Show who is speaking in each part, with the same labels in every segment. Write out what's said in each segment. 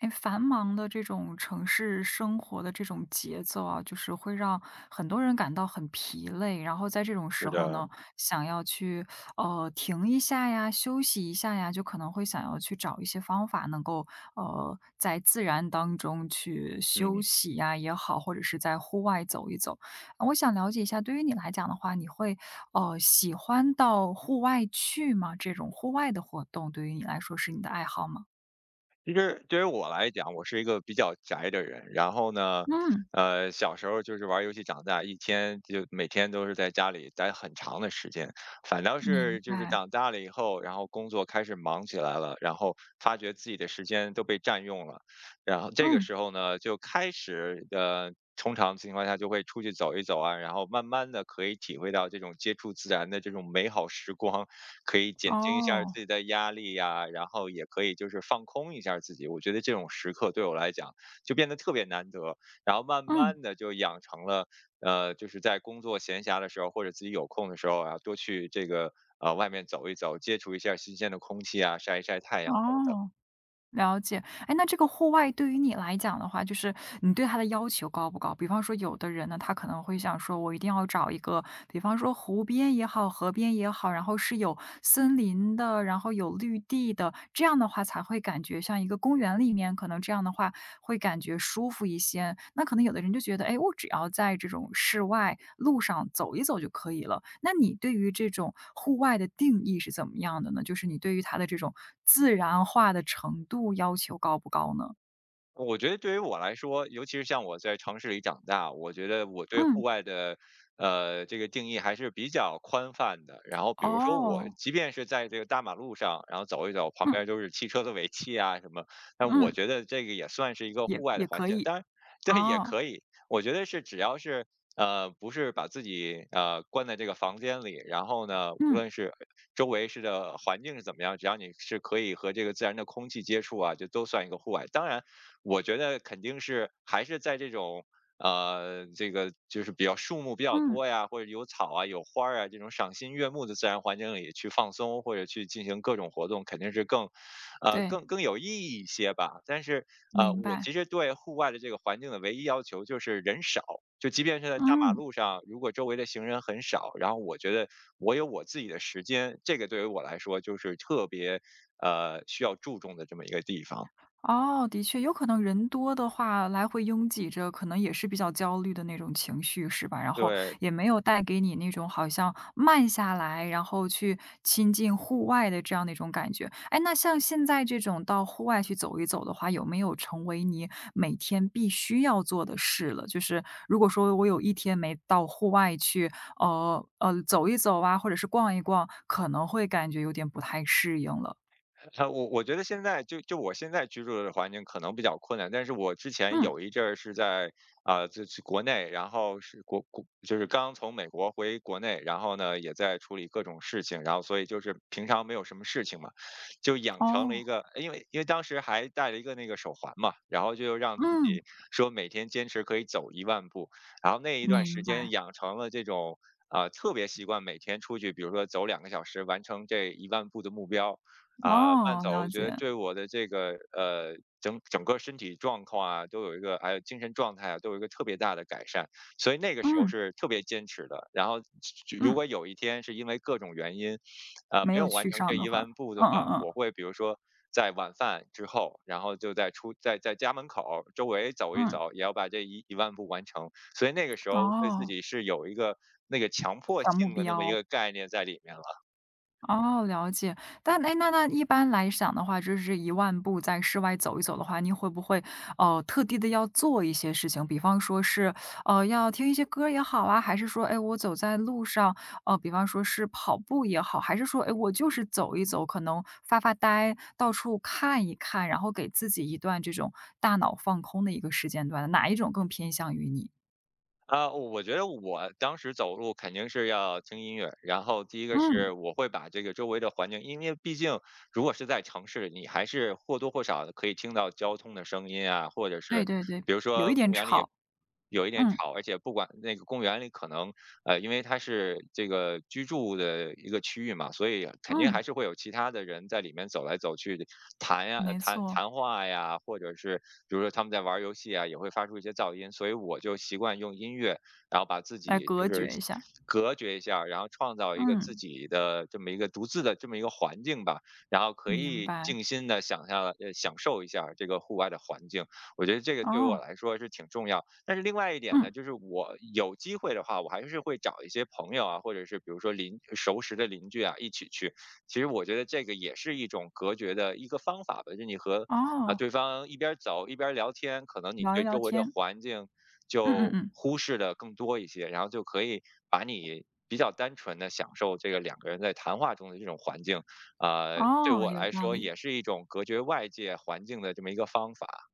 Speaker 1: 哎，繁忙的这种城市生活的这种节奏啊，就是会让很多人感到很疲累，然后在这种
Speaker 2: 是
Speaker 1: 时候
Speaker 2: 的，
Speaker 1: 呢，想要去停一下呀，休息一下呀，就可能会想要去找一些方法，能够在自然当中去休
Speaker 2: 嗯，
Speaker 1: 息呀也好，或者是在户外走一走。我想了解一下，对于你来讲的话，你会喜欢到户外去吗？这种户外的活动对于你来说是你的爱好吗？
Speaker 2: 其实对于我来讲，我是一个比较宅的人。然后呢，
Speaker 1: 嗯，
Speaker 2: 小时候就是玩儿游戏长大，一天就每天都是在家里待很长的时间。反倒
Speaker 1: 明
Speaker 2: 是就是
Speaker 1: 白。
Speaker 2: 长大了以后，然后工作开始忙起来了，然后发觉自己的时间都被占用了。然后这个
Speaker 1: 嗯，
Speaker 2: 时候呢，就开始通常情况下就会出去走一走啊，然后慢慢的可以体会到这种接触自然的这种美好时光，可以减轻一下儿
Speaker 1: 哦，
Speaker 2: 自己的压力呀，然后也可以就是放空一下儿自己。我觉得这种时刻对我来讲就变得特别难得，然后慢
Speaker 1: 嗯，
Speaker 2: 慢的就养成了，就是在工作闲暇的时候，或者自己有空的时候啊，多去这个，外面走一走，接触一下儿新鲜的空气啊，晒一晒太阳等等。
Speaker 1: 哦，了解。哎，那这个户外对于你来讲的话，就是你对它的要求高不高？比方说，有的人呢，他可能会想说，我一定要找一个，比方说湖边也好，河边也好，然后是有森林的，然后有绿地的，这样的话才会感觉像一个公园里面，可能这样的话会感觉舒服一些。那可能有的人就觉得，哎，我只要在这种室外路上走一走就可以了。那你对于这种户外的定义是怎么样的呢？就是你对于它的这种自然化的程度要求高不高呢？
Speaker 2: 我觉得对于我来说，尤其是像我在城市里长大，我觉得我对户
Speaker 1: 嗯，
Speaker 2: 外的，这个定义还是比较宽泛的。然后比如说我，
Speaker 1: 哦，
Speaker 2: 即便是在这个大马路上，然后走一走，旁
Speaker 1: 嗯
Speaker 2: 边都是汽车的尾气啊什么，但我
Speaker 1: 嗯，
Speaker 2: 觉得这个也算是一个
Speaker 1: 也
Speaker 2: 户外
Speaker 1: 也
Speaker 2: 的环
Speaker 1: 可
Speaker 2: 境。
Speaker 1: 以，
Speaker 2: 当然，这也
Speaker 1: 哦，
Speaker 2: 可以，我觉得是只要是不是把自己关在这个房间里，然后呢，无
Speaker 1: 嗯
Speaker 2: 论是周围是的环境是怎么样，只要你是可以和这个自然的空气接触啊，就都算一个户外。当然，我觉得肯定是还是在这种这个就是比较树木比较
Speaker 1: 嗯，
Speaker 2: 多呀，或者有草啊、有花儿啊这种赏心悦目的自然环境里去放松或者去进行各种活动，肯定是更呃
Speaker 1: 对，
Speaker 2: 更更有意义一些吧。但是
Speaker 1: 明
Speaker 2: 我
Speaker 1: 白，
Speaker 2: 其实对户外的这个环境的唯一要求就是人少，就即便是在大马
Speaker 1: 嗯。
Speaker 2: 路上，如果周围的行人很少，然后我觉得我有我自己的时间，这个对于我来说就是特别需要注重的这么一个地方。
Speaker 1: 哦，的确，有可能人多的话，来回拥挤着，可能也是比较焦虑的那种情绪，是吧？然后
Speaker 2: 对，
Speaker 1: 也没有带给你那种好像慢下来，然后去亲近户外的这样的一种感觉。哎，那像现在这种到户外去走一走的话，有没有成为你每天必须要做的事了？就是如果说我有一天没到户外去，走一走啊，或者是逛一逛，可能会感觉有点不太适应了。
Speaker 2: 我觉得现在就我现在居住的环境可能比较困难，但是我之前
Speaker 1: 嗯，
Speaker 2: 有一阵儿是在就是国内，然后是国就是刚从美国回国内，然后呢也在处理各种事情，然后所以就是平常没有什么事情嘛，就养成了一
Speaker 1: 哦，
Speaker 2: 个，因为当时还戴了一个那个手环嘛，然后就让自
Speaker 1: 嗯，
Speaker 2: 己说每天坚持可以走一万步，然后那一段时
Speaker 1: 明
Speaker 2: 间
Speaker 1: 白。
Speaker 2: 养成了这种。特别习惯每天出去，比如说走2个小时，完成这一万步的目标，啊，慢
Speaker 1: 哦，
Speaker 2: 走，我
Speaker 1: 了
Speaker 2: 觉得
Speaker 1: 解，
Speaker 2: 对我的这个整个身体状况啊，都有一个还有精神状态啊，都有一个特别大的改善。所以那个时候
Speaker 1: 嗯，
Speaker 2: 是特别坚持的。然后就如
Speaker 1: 嗯，
Speaker 2: 果有一天是因为各种原因，
Speaker 1: 没
Speaker 2: 没有
Speaker 1: 有
Speaker 2: 完
Speaker 1: 去
Speaker 2: 成这
Speaker 1: 上的
Speaker 2: 一
Speaker 1: 话，
Speaker 2: 万步的
Speaker 1: 嗯
Speaker 2: 话，
Speaker 1: 嗯
Speaker 2: 我会比如说在晚饭之后，然后就在出在在家门口儿周围走一
Speaker 1: 嗯，嗯，
Speaker 2: 走，也要把这一万步完成。所以那个时候对自
Speaker 1: 哦，
Speaker 2: 己是有一个那个强迫
Speaker 1: 小目
Speaker 2: 性的那么一
Speaker 1: 标。
Speaker 2: 个概念在里面了。
Speaker 1: 哦，了解。但哎诶，那那一般来讲的话，就是一万步在室外走一走的话，你会不会，特地的要做一些事情？比方说是，要听一些歌儿也好啊，还是说，哎我走在路上，比方说是跑步也好，还是说，哎我就是走一走，可能发发呆，到处看一看，然后给自己一段这种大脑放空的一个时间段，哪一种更偏向于你？
Speaker 2: 我觉得我当时走路肯定是要听音乐，然后第一个
Speaker 1: 嗯，
Speaker 2: 是我会把这个周围的环境，因为毕竟如果是在城市，你还是或多或少的可以听到交通的声音啊，或者
Speaker 1: 对
Speaker 2: 是
Speaker 1: 对对，
Speaker 2: 比如
Speaker 1: 有
Speaker 2: 说
Speaker 1: 一
Speaker 2: 公
Speaker 1: 点
Speaker 2: 园里
Speaker 1: 吵，
Speaker 2: 有一点
Speaker 1: 嗯，
Speaker 2: 吵，而且不管那个公园里可能因为它是这个居住的一个区域嘛，所以肯定还
Speaker 1: 嗯，
Speaker 2: 是会有其他的人在里面走来走去的，谈呀、
Speaker 1: 没
Speaker 2: 谈
Speaker 1: 错，
Speaker 2: 谈话呀，或者是比如说他们在玩儿游戏啊，也会发出一些噪音，所以我就习惯用音乐，然后把自
Speaker 1: 来
Speaker 2: 己就
Speaker 1: 隔
Speaker 2: 是
Speaker 1: 绝一下。
Speaker 2: 隔绝一下儿然后创造一个自
Speaker 1: 嗯，
Speaker 2: 己的这么一个独自的这么一个环境吧，然后可
Speaker 1: 明
Speaker 2: 以
Speaker 1: 白。
Speaker 2: 静心的想象，享受一下儿这个户外的环境，我觉得这个对于我
Speaker 1: 哦，
Speaker 2: 来说是挺重要的。但是另外一点呢，
Speaker 1: 嗯，
Speaker 2: 就是我有机会的话，我还是会找一些朋友啊，或者是比如说邻熟识的邻居啊，一起去。其实我觉得这个也是一种隔绝的一个方法吧，就你和
Speaker 1: 哦，
Speaker 2: 对方一边走一边聊天，可能你
Speaker 1: 聊一
Speaker 2: 对周
Speaker 1: 聊
Speaker 2: 围的
Speaker 1: 天。
Speaker 2: 环境
Speaker 1: 嗯嗯
Speaker 2: 就
Speaker 1: 嗯，
Speaker 2: 忽视的更多一些，然后就可以把你比较单纯的享受这个两个人在谈话中的这种环境。啊、对
Speaker 1: 哦，
Speaker 2: 我
Speaker 1: 有
Speaker 2: 来
Speaker 1: 道
Speaker 2: 说
Speaker 1: 理。
Speaker 2: 也是一种隔绝外界环境的这么一个方法。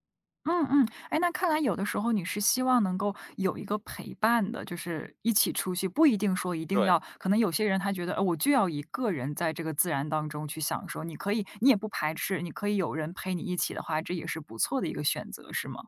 Speaker 1: 嗯嗯，哎，那看来有的时候你是希望能够有一个陪伴的，就是一起出去，不一定说一定
Speaker 2: 对，
Speaker 1: 要可能有些人他觉得，我就要一个人在这个自然当中去享受，你可以你也不排斥，你可以有人陪你一起的话，这也是不错的一个选择，是吗？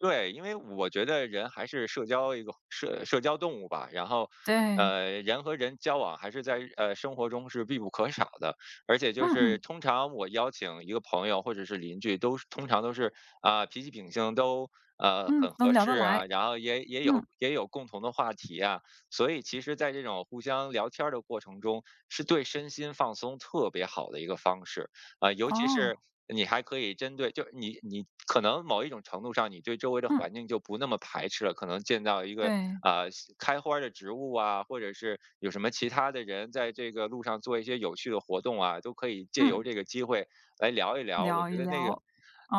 Speaker 2: 对，因为我觉得人还是一个社交动物吧，然后，
Speaker 1: 对，
Speaker 2: 人和人交往还是在生活中是必不可少的，而且就
Speaker 1: 嗯
Speaker 2: 是
Speaker 1: 嗯
Speaker 2: 通常我邀请一个朋友或者是邻居，都是通常都是脾气秉性都
Speaker 1: 嗯，
Speaker 2: 很合
Speaker 1: 能聊得
Speaker 2: 适
Speaker 1: 来。
Speaker 2: 啊，然后也也有
Speaker 1: 嗯，
Speaker 2: 也有共同的话题啊，所以其实，在这种互相聊天儿的过程中，是对身心放松特别好的一个方式。尤其是
Speaker 1: 哦，
Speaker 2: 你还可以针对，就你可能某一种程度上，你对周围的
Speaker 1: 嗯，
Speaker 2: 环境就不那么排斥了，可能见到一个
Speaker 1: 对，
Speaker 2: 西开花儿的植物啊，或者是有什么其他的人在这个路上做一些有趣的活动啊，都可以借由
Speaker 1: 嗯，
Speaker 2: 这个机会来聊一聊。我
Speaker 1: 聊
Speaker 2: 觉
Speaker 1: 一
Speaker 2: 得那个
Speaker 1: 聊。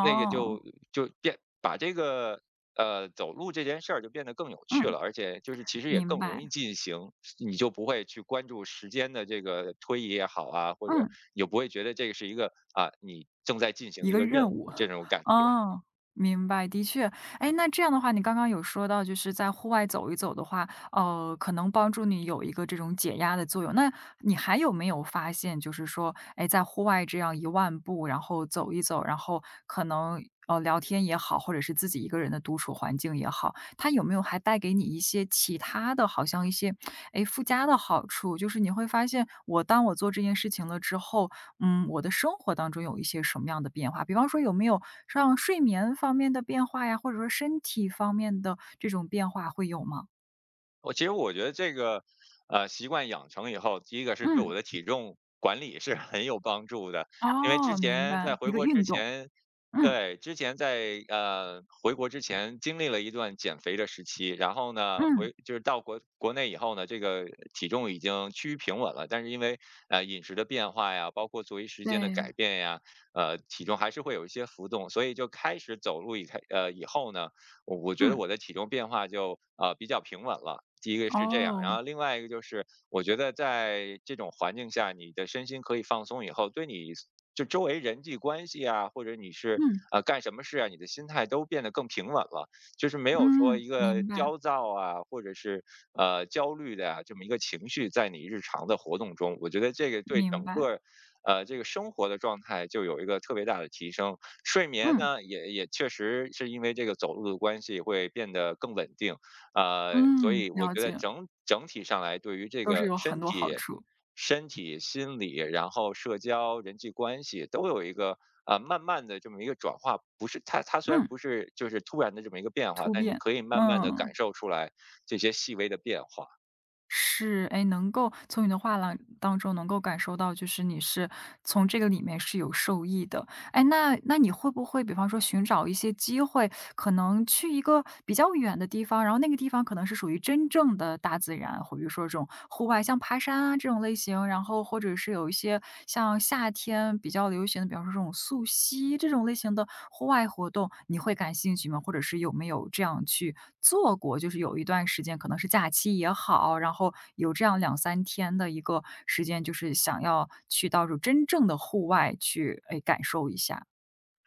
Speaker 2: 那个就就变把这个走路这件事儿就变得更有趣
Speaker 1: 嗯，
Speaker 2: 了，而且就是其实也
Speaker 1: 明
Speaker 2: 更容易
Speaker 1: 白，
Speaker 2: 进行，你就不会去关注时间的这个推移也好啊，或者
Speaker 1: 嗯，
Speaker 2: 也不会觉得这个是一个你正在进行
Speaker 1: 一
Speaker 2: 的一
Speaker 1: 个
Speaker 2: 个任
Speaker 1: 任务，
Speaker 2: 务这 种感觉。
Speaker 1: 哦，明白，的确，哎，那这样的话，你刚刚有说到，就是在户外走一走的话，可能帮助你有一个这种解压的作用。那你还有没有发现，就是说，哎，在户外这样一万步，然后走一走，然后可能聊天也好，或者是自己一个人的独处环境也好，它有没有还带给你一些其他的，好像一些哎附加的好处？就是你会发现，我当我做这件事情了之后，嗯，我的生活当中有一些什么样的变化？比方说有没有像睡眠方面的变化呀，或者说身体方面的这种变化会有吗？
Speaker 2: 我其实我觉得这个，习惯养成以后，第一个是对
Speaker 1: 嗯，
Speaker 2: 我的体重管理是很有帮助的。因为
Speaker 1: 啊
Speaker 2: 之
Speaker 1: 哦，明
Speaker 2: 前在
Speaker 1: 白，一
Speaker 2: 回
Speaker 1: 个
Speaker 2: 国之
Speaker 1: 运动，
Speaker 2: 前
Speaker 1: 嗯，
Speaker 2: 对，之前在，回国之前经历了一段减肥的时期，然后呢，
Speaker 1: 嗯，
Speaker 2: 回就是到国内以后呢，这个体重已经趋于平稳了，但是因为，饮食的变化呀，包括作息时间的
Speaker 1: 对，
Speaker 2: 改变呀，体重还是会有一些浮动。所以就开始走路以后呢，我觉得
Speaker 1: 嗯，
Speaker 2: 我的体重变化就比较平稳了。第一个是这样，然
Speaker 1: 哦，
Speaker 2: 后另外一个就是，我觉得在这种环境下，你的身心可以放松以后，对你就周围人际关系啊，或者你是
Speaker 1: 嗯，
Speaker 2: 干什么事啊，你的心态都变得更平稳了，就是没有说
Speaker 1: 嗯，
Speaker 2: 一个
Speaker 1: 明白，
Speaker 2: 焦躁啊，或者是焦虑的呀、这么一个情绪在你日常的活动中，我觉得这个对
Speaker 1: 明
Speaker 2: 整
Speaker 1: 白，
Speaker 2: 个这个生活的状态就有一个特别大的提升。睡眠
Speaker 1: 嗯，
Speaker 2: 呢，也也确实是因为这个走路的关系会变得更稳定，所
Speaker 1: 嗯，
Speaker 2: 以我
Speaker 1: 了
Speaker 2: 觉得
Speaker 1: 解，
Speaker 2: 整体上来，对于这
Speaker 1: 都是
Speaker 2: 个
Speaker 1: 有
Speaker 2: 身
Speaker 1: 很多好
Speaker 2: 体、
Speaker 1: 处，
Speaker 2: 心理，然后社交、人际关系都有一个慢慢的这么一个转化。不是它虽然
Speaker 1: 嗯，
Speaker 2: 不是就是突然的这么一个变化，
Speaker 1: 突
Speaker 2: 但你
Speaker 1: 变，
Speaker 2: 可以慢慢的
Speaker 1: 嗯。
Speaker 2: 感受出来这些细微的变化。
Speaker 1: 是，哎，能够从你的话廊当中能够感受到，就是你是从这个里面是有受益的。哎，那你会不会比方说寻找一些机会，可能去一个比较远的地方，然后那个地方可能是属于真正的大自然，或者说这种户外，像爬山啊这种类型，然后或者是有一些像夏天比较流行的，比方说这种溯溪这种类型的户外活动，你会感兴趣吗？或者是有没有这样去做过，就是有一段时间可能是假期也好，然后有这样2、3天的一个时间，就是想要去到时候真正的户外去，哎，感受一下。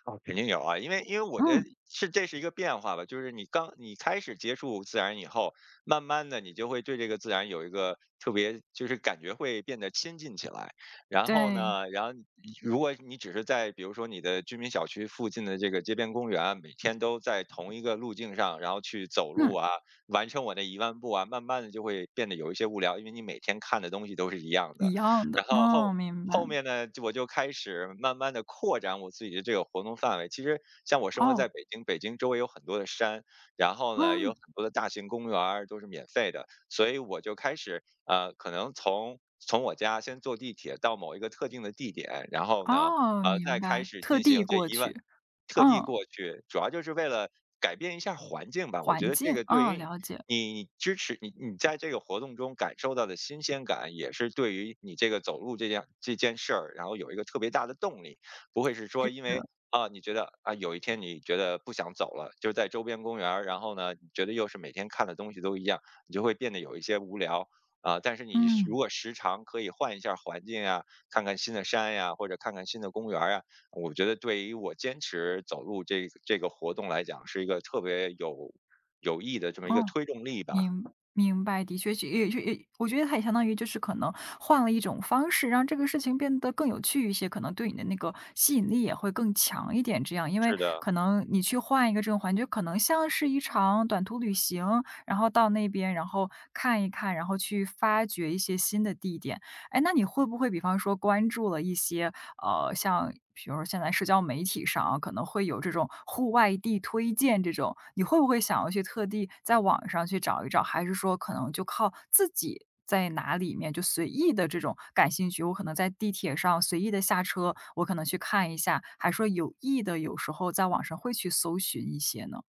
Speaker 2: 哦，肯定有啊，因为我觉得
Speaker 1: 嗯，
Speaker 2: 这是一个变化吧，就是你开始接触自然以后，慢慢的你就会对这个自然有一个特别，就是感觉会变得亲近起来。然后
Speaker 1: 对，
Speaker 2: 呢，然后如果你只是在比如说你的居民小区附近的这个街边公园啊，每天都在同一个路径上，然后去走路
Speaker 1: 嗯，
Speaker 2: 啊，完成我那1万步啊，慢慢的就会变得有一些无聊，因为你每天看的东西都是一样
Speaker 1: 一
Speaker 2: 的。
Speaker 1: 样的，
Speaker 2: 然
Speaker 1: 嗯，明白。
Speaker 2: 后面呢，我就开始慢慢的扩展我自己的这个活动范围。其实像我生活在
Speaker 1: 哦，
Speaker 2: 北京，北京周围有很多的山，然后呢，有
Speaker 1: 嗯，
Speaker 2: 很多的大型公园儿都是免费的，所以我就开始，可能从我家先坐地铁到某一个特定的地点，然后呢，
Speaker 1: 哦，
Speaker 2: 再
Speaker 1: 明
Speaker 2: 开
Speaker 1: 白，
Speaker 2: 始
Speaker 1: 特
Speaker 2: 进
Speaker 1: 地
Speaker 2: 行这
Speaker 1: 过
Speaker 2: 一问，
Speaker 1: 去，
Speaker 2: 特地
Speaker 1: 嗯，
Speaker 2: 过去，主要就是为了改变一下环境吧。我觉
Speaker 1: 环
Speaker 2: 得这
Speaker 1: 境，
Speaker 2: 个对
Speaker 1: 哦，
Speaker 2: 于
Speaker 1: 了解，
Speaker 2: 你支持你在这个活动中感受到的新鲜感，也是对于你这个走路这件事儿，然后有一个特别大的动力，不会是说
Speaker 1: 是
Speaker 2: 因为啊，你觉得啊有一天你觉得不想走了，就在周边公园儿，然后呢，你觉得又是每天看的东西都一样，你就会变得有一些无聊啊。但是你如
Speaker 1: 嗯，
Speaker 2: 果时常可以换一下环境啊，看看新的山呀、或者看看新的公园儿啊，我觉得对于我坚持走路这个活动来讲，是一个特别有益的这么一个
Speaker 1: 哦。
Speaker 2: 推动力吧。
Speaker 1: 明明白，的确是也我觉得它也相当于就是可能换了一种方式，让这个事情变得更有趣一些，可能对你的那个吸引力也会更强一点。这样，因为
Speaker 2: 是的，
Speaker 1: 可能你去换一个这种环境，可能像是一场短途旅行，然后到那边，然后看一看，然后去发掘一些新的地点。哎，那你会不会比方说关注了一些，像比如说现在社交媒体上啊，可能会有这种户外地推荐这种，你会不会想要去特地在网上去找一找，还是说可能就靠自己在哪里面就随意的这种感兴趣，我可能在地铁上随意的下车，我可能去看一下，还说有意的有时候在网上会去搜寻一些呢？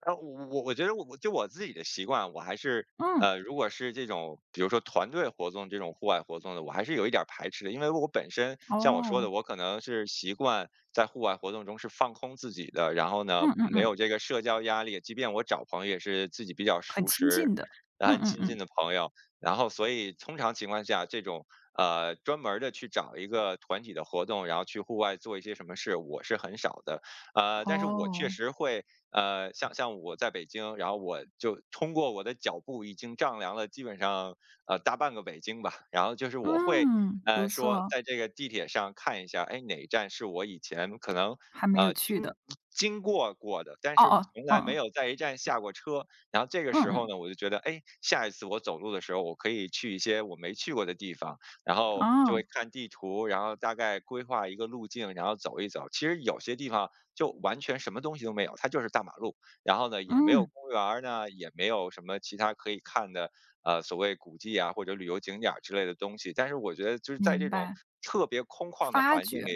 Speaker 2: 我觉得我自己的习惯，我还是
Speaker 1: 嗯，
Speaker 2: 如果是这种比如说团队活动这种户外活动的，我还是有一点儿排斥的，因为我本身像我说的，
Speaker 1: 哦，
Speaker 2: 我可能是习惯在户外活动中是放空自己的，然后呢，
Speaker 1: 嗯嗯
Speaker 2: 没
Speaker 1: 嗯，
Speaker 2: 有这个社交压力，即便我找朋友也是自己比较
Speaker 1: 很
Speaker 2: 熟
Speaker 1: 亲
Speaker 2: 识、
Speaker 1: 近的，
Speaker 2: 然后
Speaker 1: 嗯
Speaker 2: 很
Speaker 1: 嗯
Speaker 2: 亲近
Speaker 1: 嗯，
Speaker 2: 的朋友，然后所以通常情况下，这种专门的去找一个团体的活动，然后去户外做一些什么事，我是很少的。但是我确
Speaker 1: 哦，
Speaker 2: 实会像我在北京，然后我就通过我的脚步已经丈量了基本上大半个北京吧。然后就是我会
Speaker 1: 嗯，不
Speaker 2: 说
Speaker 1: 错。
Speaker 2: 在这个地铁上看一下，哎，哪一站是我以前可能
Speaker 1: 还没有
Speaker 2: 呃
Speaker 1: 去
Speaker 2: 经
Speaker 1: 的，
Speaker 2: 过过的，但是
Speaker 1: 哦
Speaker 2: 从来没
Speaker 1: 哦，
Speaker 2: 有在一站下过车。然后这个
Speaker 1: 嗯，
Speaker 2: 时
Speaker 1: 嗯
Speaker 2: 候
Speaker 1: 嗯
Speaker 2: 呢，我就觉得，哎，下一次我走路的时候，我可以去一些我没去过的地方，然
Speaker 1: 嗯，
Speaker 2: 后就会
Speaker 1: 哦，
Speaker 2: 看地图，然后大概规划一个路径，然后走一走。其实有些地方就完全什么东西都没有，它就是大马路。然后呢，也没有
Speaker 1: 嗯，
Speaker 2: 公园儿呢，也没有什么其他可以看的，所谓古迹啊或者旅游景点儿之类的东西。但是我觉得就是在这
Speaker 1: 明
Speaker 2: 种
Speaker 1: 白，
Speaker 2: 特别空旷的
Speaker 1: 发
Speaker 2: 环境
Speaker 1: 掘，
Speaker 2: 里，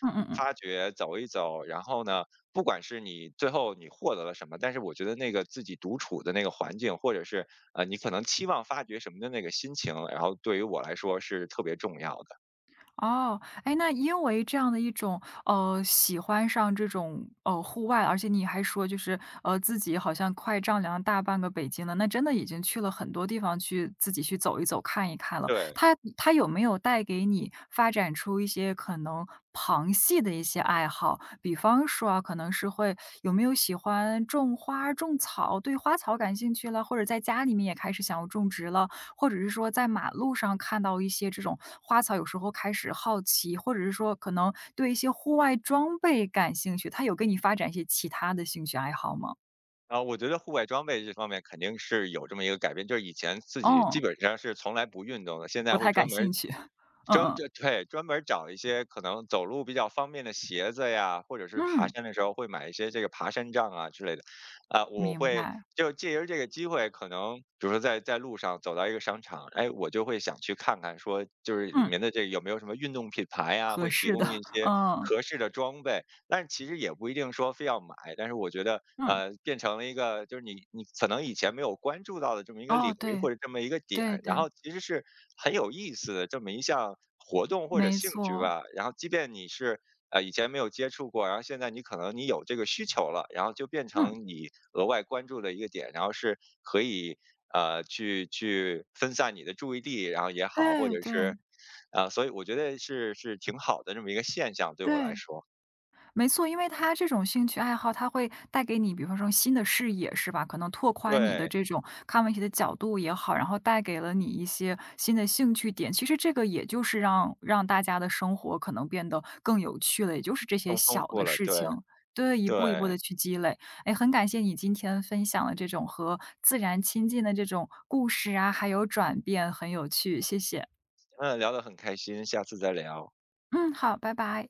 Speaker 1: 嗯嗯嗯
Speaker 2: 发掘走一走，然后呢，不管是你最后你获得了什么，但是我觉得那个自己独处的那个环境，或者是你可能期望发掘什么的那个心情，然后对于我来说是特别重要的。
Speaker 1: 哦，哎，那因为这样的一种，喜欢上这种，户外，而且你还说就是，自己好像快丈量大半个北京了，那真的已经去了很多地方去自己去走一走、看一看了。
Speaker 2: 对，
Speaker 1: 它有没有带给你发展出一些可能旁系的一些爱好？比方说啊，可能是会有没有喜欢种花、种草，对花草感兴趣了，或者在家里面也开始想要种植了，或者是说在马路上看到一些这种花草，有时候开始好奇，或者是说可能对一些户外装备感兴趣，他有给你发展一些其他的兴趣爱好吗？
Speaker 2: 啊，我觉得户外装备这方面肯定是有这么一个改变，就是以前自己基
Speaker 1: 嗯，
Speaker 2: 本上是从来不运动的，现在
Speaker 1: 不
Speaker 2: 会
Speaker 1: 太感
Speaker 2: 专门儿
Speaker 1: 兴趣，嗯
Speaker 2: 专
Speaker 1: 嗯，
Speaker 2: 这对专门儿找一些可能走路比较方便的鞋子呀，或者是爬
Speaker 1: 嗯，
Speaker 2: 山的时候会买一些这个爬山杖啊之类的。啊，我
Speaker 1: 明
Speaker 2: 会
Speaker 1: 白，
Speaker 2: 就借由这个机会，可能比如说在路上走到一个商场，哎，我就会想去看看，说就是里
Speaker 1: 嗯，
Speaker 2: 面的这个有没有什么运动品牌呀，
Speaker 1: 合
Speaker 2: 会提
Speaker 1: 适的，
Speaker 2: 供一 些
Speaker 1: 嗯，
Speaker 2: 合适的装备。但是其实也不一定说非要买，但是我觉得
Speaker 1: 嗯，
Speaker 2: 变成了一个就是你可能以前没有关注到的这么一个领
Speaker 1: 哦，
Speaker 2: 域
Speaker 1: 对，
Speaker 2: 或者这么一个点，
Speaker 1: 对
Speaker 2: 然
Speaker 1: 对，
Speaker 2: 后其实是很有意思的这么一项活动或者
Speaker 1: 没
Speaker 2: 兴趣
Speaker 1: 错，
Speaker 2: 吧。然后即便你是以前没有接触过，然后现在你可能你有这个需求了，然后就变
Speaker 1: 嗯，
Speaker 2: 成你额外关注的一个点，然后是可以去分散你的注意力，然后也好，或
Speaker 1: 对
Speaker 2: 者是
Speaker 1: 对
Speaker 2: 啊、所以我觉得是挺好的这么一个现象，对我来
Speaker 1: 对。
Speaker 2: 说，
Speaker 1: 没错，因为他这种兴趣爱好，他会带给你，比方说新的视野，是吧？可能拓宽你的
Speaker 2: 对，
Speaker 1: 这种看问题的角度也好，然后带给了你一些新的兴趣点。其实这个也就是让大家的生活可能变得更有趣了，也就是这些
Speaker 2: 更丰
Speaker 1: 小
Speaker 2: 富
Speaker 1: 的
Speaker 2: 了，
Speaker 1: 事
Speaker 2: 对
Speaker 1: 情。对，一步一步
Speaker 2: 对。
Speaker 1: 的去积累，哎，很感谢你今天分享的这种和自然亲近的这种故事啊，还有转变，很有趣，谢谢。
Speaker 2: 嗯，聊得很开心，下次再聊。
Speaker 1: 嗯，好，拜拜。